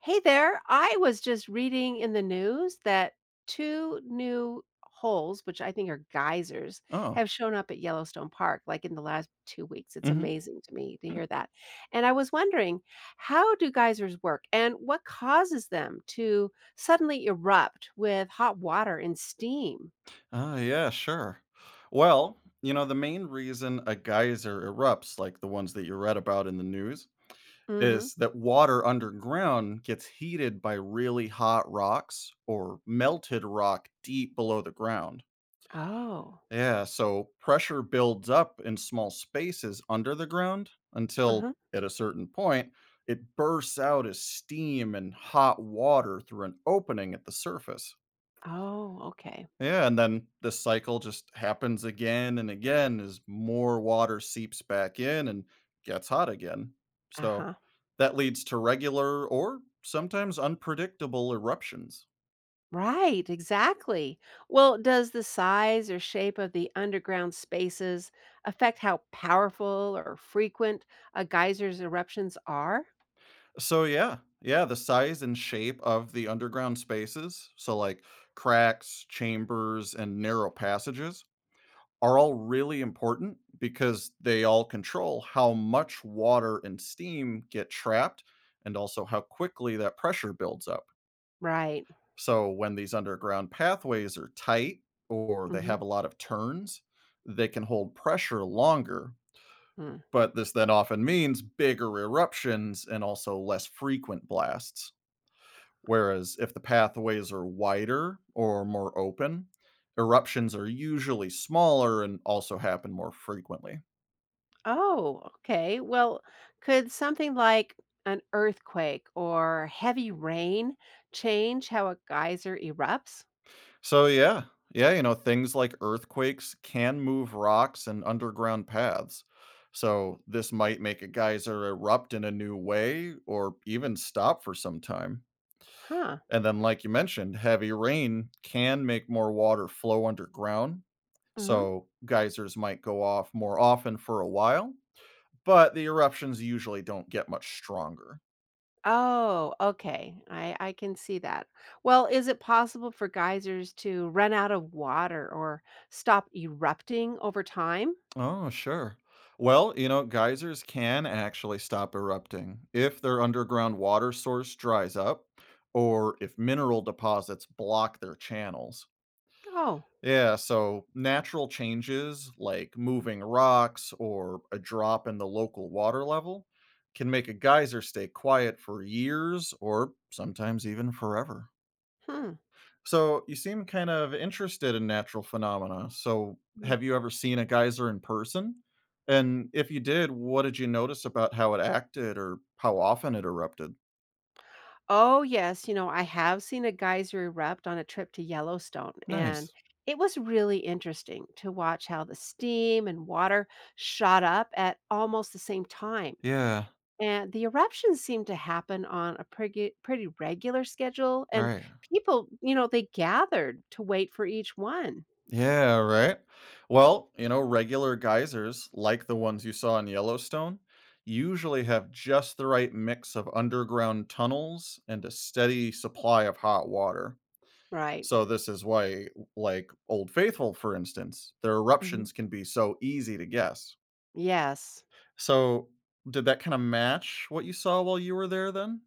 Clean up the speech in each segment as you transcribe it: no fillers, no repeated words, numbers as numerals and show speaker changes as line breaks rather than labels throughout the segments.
Hey there. I was just reading in the news that two new holes, which I think are geysers,
Oh.
have shown up at Yellowstone Park like in the last 2 weeks. It's
Mhm.
amazing to me to hear that. And I was wondering, how do geysers work and what causes them to suddenly erupt with hot water and steam?
Yeah, sure. Well, you know, the main reason a geyser erupts, like the ones that you read about in the news,
Hmm.
is that water underground gets heated by really hot rocks or melted rock deep below the ground.
Oh,
Yeah, so pressure builds up in small spaces under the ground until
uh-huh.
at a certain point it bursts out as steam and hot water through an opening at the surface.
Oh, okay.
Yeah, and then this cycle just happens again and again as more water seeps back in and gets hot again.
Uh
So
huh.
that leads to regular or sometimes unpredictable eruptions.
Right, exactly. Well, does the size or shape of the underground spaces affect how powerful or frequent a geyser's eruptions are?
So the size and shape of the underground spaces, so like cracks, chambers, and narrow passages, are all really important because they all control how much water and steam get trapped and also how quickly that pressure builds up.
Right.
So when these underground pathways are tight or they
Mm-hmm.
have a lot of turns, they can hold pressure longer,
Hmm.
but this then often means bigger eruptions and also less frequent blasts. Whereas if the pathways are wider or more open, eruptions are usually smaller and also happen more frequently.
Oh, okay. Well, could something like an earthquake or heavy rain change how a geyser erupts?
So yeah, you know, things like earthquakes can move rocks and underground paths. So this might make a geyser erupt in a new way or even stop for some time.
Huh.
And then like you mentioned, heavy rain can make more water flow underground.
Mm-hmm.
So geysers might go off more often for a while, but the eruptions usually don't get much stronger.
Oh, okay. I can see that. Well, is it possible for geysers to run out of water or stop erupting over time?
Oh, sure. Well, you know, geysers can actually stop erupting if their underground water source dries up or if mineral deposits block their channels.
Oh,
Yeah, so natural changes like moving rocks or a drop in the local water level can make a geyser stay quiet for years or sometimes even forever.
hmm.
So you seem kind of interested in natural phenomena. So
Mm.
have you ever seen a geyser in person? And if you did, what did you notice about how it acted or how often it erupted?
Oh, yes. You know, I have seen a geyser erupt on a trip to Yellowstone, and
Nice.
it was really interesting to watch how the steam and water shot up at almost the same time.
Yeah,
And the eruptions seem to happen on a pretty, pretty regular schedule, and
right.
people they gathered to wait for each one.
Yeah, right. Well, you know, regular geysers, like the ones you saw in Yellowstone, usually have just the right mix of underground tunnels and a steady supply of hot water.
Right.
So this is why, like Old Faithful, for instance, their
Hmm.
eruptions can be so easy to guess.
Yes.
So did that kind of match what you saw while you were there then?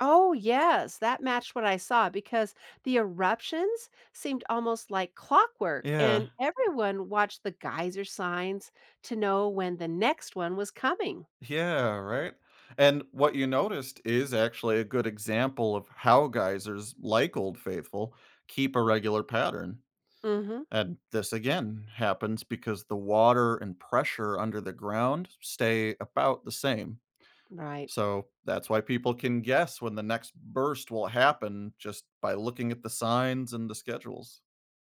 Oh, yes. That matched what I saw because the eruptions seemed almost like clockwork,
Yeah.
and everyone watched the geyser signs to know when the next one was coming.
Yeah, right? And what you noticed is actually a good example of how geysers like Old Faithful keep a regular pattern.
Hmm.
And this again happens because the water and pressure under the ground stay about the same.
Right.
So that's why people can guess when the next burst will happen just by looking at the signs and the schedules.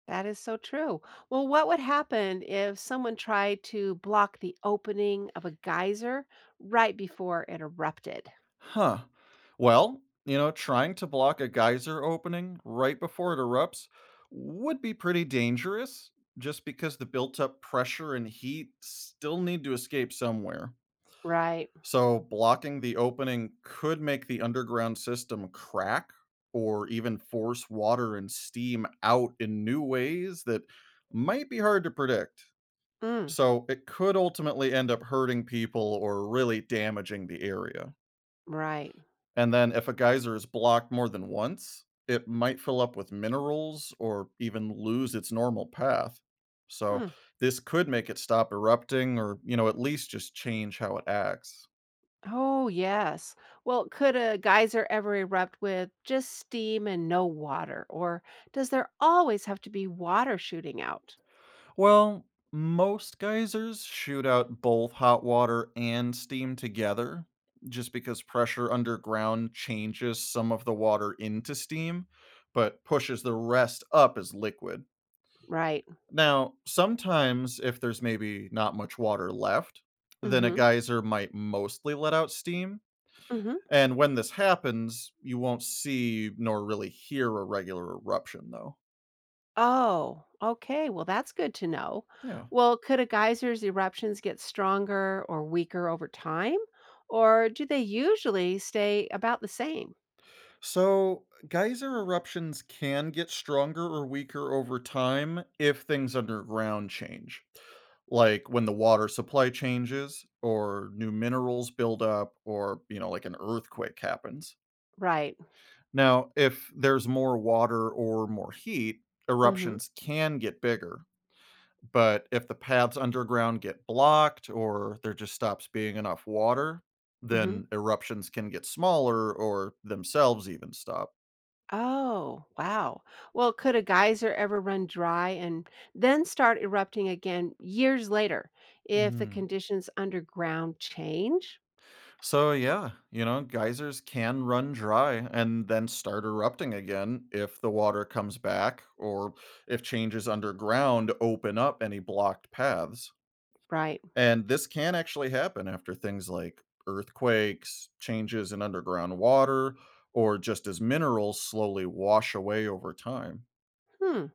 That is so true. Well, what would happen if someone tried to block the opening of a geyser right before it erupted?
Huh. Well, you know, trying to block a geyser opening right before it erupts would be pretty dangerous just because the built up pressure and heat still need to escape somewhere.
Right.
So, blocking the opening could make the underground system crack or even force water and steam out in new ways that might be hard to predict.
Mm,
So it could ultimately end up hurting people or really damaging the area.
right.
And then if a geyser is blocked more than once, it might fill up with minerals or even lose its normal path. So
Mm.
this could make it stop erupting or, you know, at least just change how it acts.
Oh, yes. Well, could a geyser ever erupt with just steam and no water? Or does there always have to be water shooting out?
Well, most geysers shoot out both hot water and steam together, just because pressure underground changes some of the water into steam, but pushes the rest up as liquid.
Right.
Now, sometimes if there's maybe not much water left,
Mm
then a
hmm.
geyser might mostly let out steam.
Mm hmm.
And when this happens, you won't see nor really hear a regular eruption, though.
Oh, okay. Well, that's good to know.
Yeah.
Well, could a geyser's eruptions get stronger or weaker over time? Or do they usually stay about the same?
So, geyser eruptions can get stronger or weaker over time if things underground change, like when the water supply changes or new minerals build up or, you know, like an earthquake happens.
Right.
Now, if there's more water or more heat,
Mm-hmm.
eruptions can get bigger. But if the paths underground get blocked or there just stops being enough water,
Mm-hmm.
then eruptions can get smaller or themselves even stop.
Oh, wow. Well, could a geyser ever run dry and then start erupting again years later if the
Mhm.
conditions underground change?
So yeah, you know, geysers can run dry and then start erupting again if the water comes back or if changes underground open up any blocked paths.
Right.
And this can actually happen after things like earthquakes, changes in underground water, or just as minerals slowly wash away over time.
Hmm.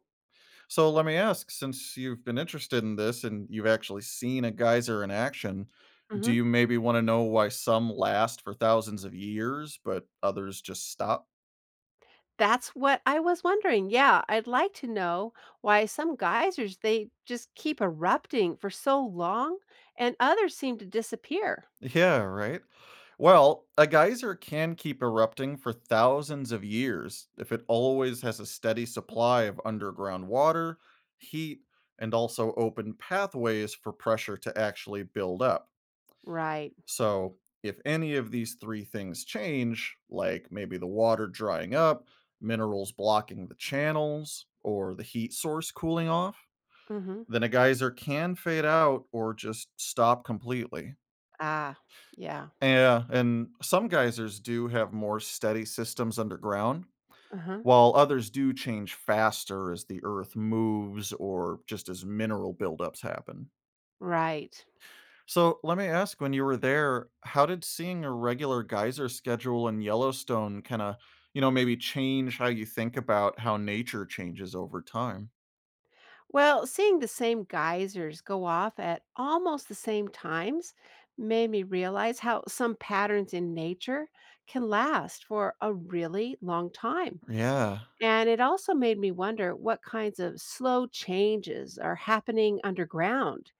So let me ask, since you've been interested in this and you've actually seen a geyser in action, do
Mm-hmm.
you maybe want to know why some last for thousands of years, but others just stop?
That's what I was wondering. Yeah, I'd like to know why some geysers they just keep erupting for so long and others seem to disappear.
Yeah, right. Well, a geyser can keep erupting for thousands of years if it always has a steady supply of underground water, heat, and also open pathways for pressure to actually build up.
Right.
So, if any of these three things change, like maybe the water drying up, minerals blocking the channels, or the heat source cooling off,
Mhm.
then a geyser can fade out or just stop completely.
Ah, yeah.
Yeah, and some geysers do have more steady systems underground,
Uh-huh.
while others do change faster as the earth moves or just as mineral buildups happen.
Right.
So let me ask, when you were there, how did seeing a regular geyser schedule in Yellowstone kind of, you know, maybe change how you think about how nature changes over time?
Well, seeing the same geysers go off at almost the same times made me realize how some patterns in nature can last for a really long time.
Yeah.
And it also made me wonder what kinds of slow changes are happening underground,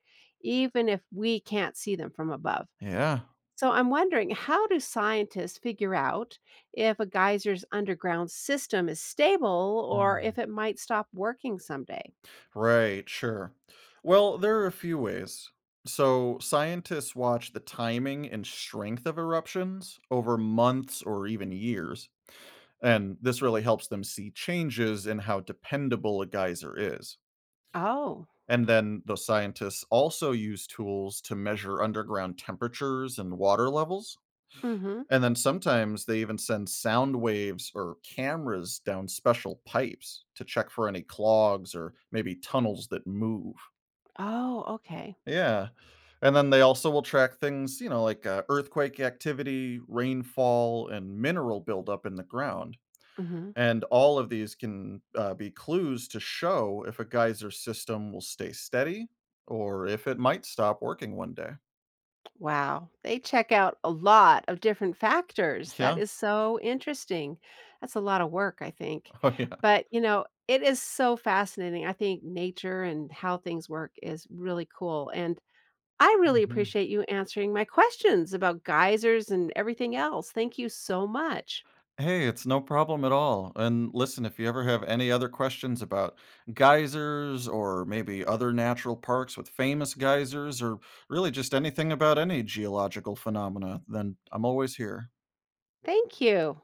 even if we can't see them from above.
Yeah.
So I'm wondering, how do scientists figure out if a geyser's underground system is stable or
Mm.
if it might stop working someday?
Right, sure. Well, there are a few ways. So, scientists watch the timing and strength of eruptions over months or even years, and this really helps them see changes in how dependable a geyser is.
Oh,
And then the scientists also use tools to measure underground temperatures and water levels.
mm-hmm.
And then sometimes they even send sound waves or cameras down special pipes to check for any clogs or maybe tunnels that move.
Oh, okay.
Yeah. And then they also will track things, you know, like earthquake activity, rainfall, and mineral buildup in the ground.
Mm-hmm.
And all of these can be clues to show if a geyser system will stay steady or if it might stop working one day.
Wow, they check out a lot of different factors. That
Yeah.
is so interesting. That's a lot of work, I think.
Oh, yeah.
But, it is so fascinating. I think nature and how things work is really cool. And I really
Hmm.
appreciate you answering my questions about geysers and everything else. Thank you so much.
Hey, it's no problem at all. And listen, if you ever have any other questions about geysers or maybe other natural parks with famous geysers or really just anything about any geological phenomena, then I'm always here.
Thank you.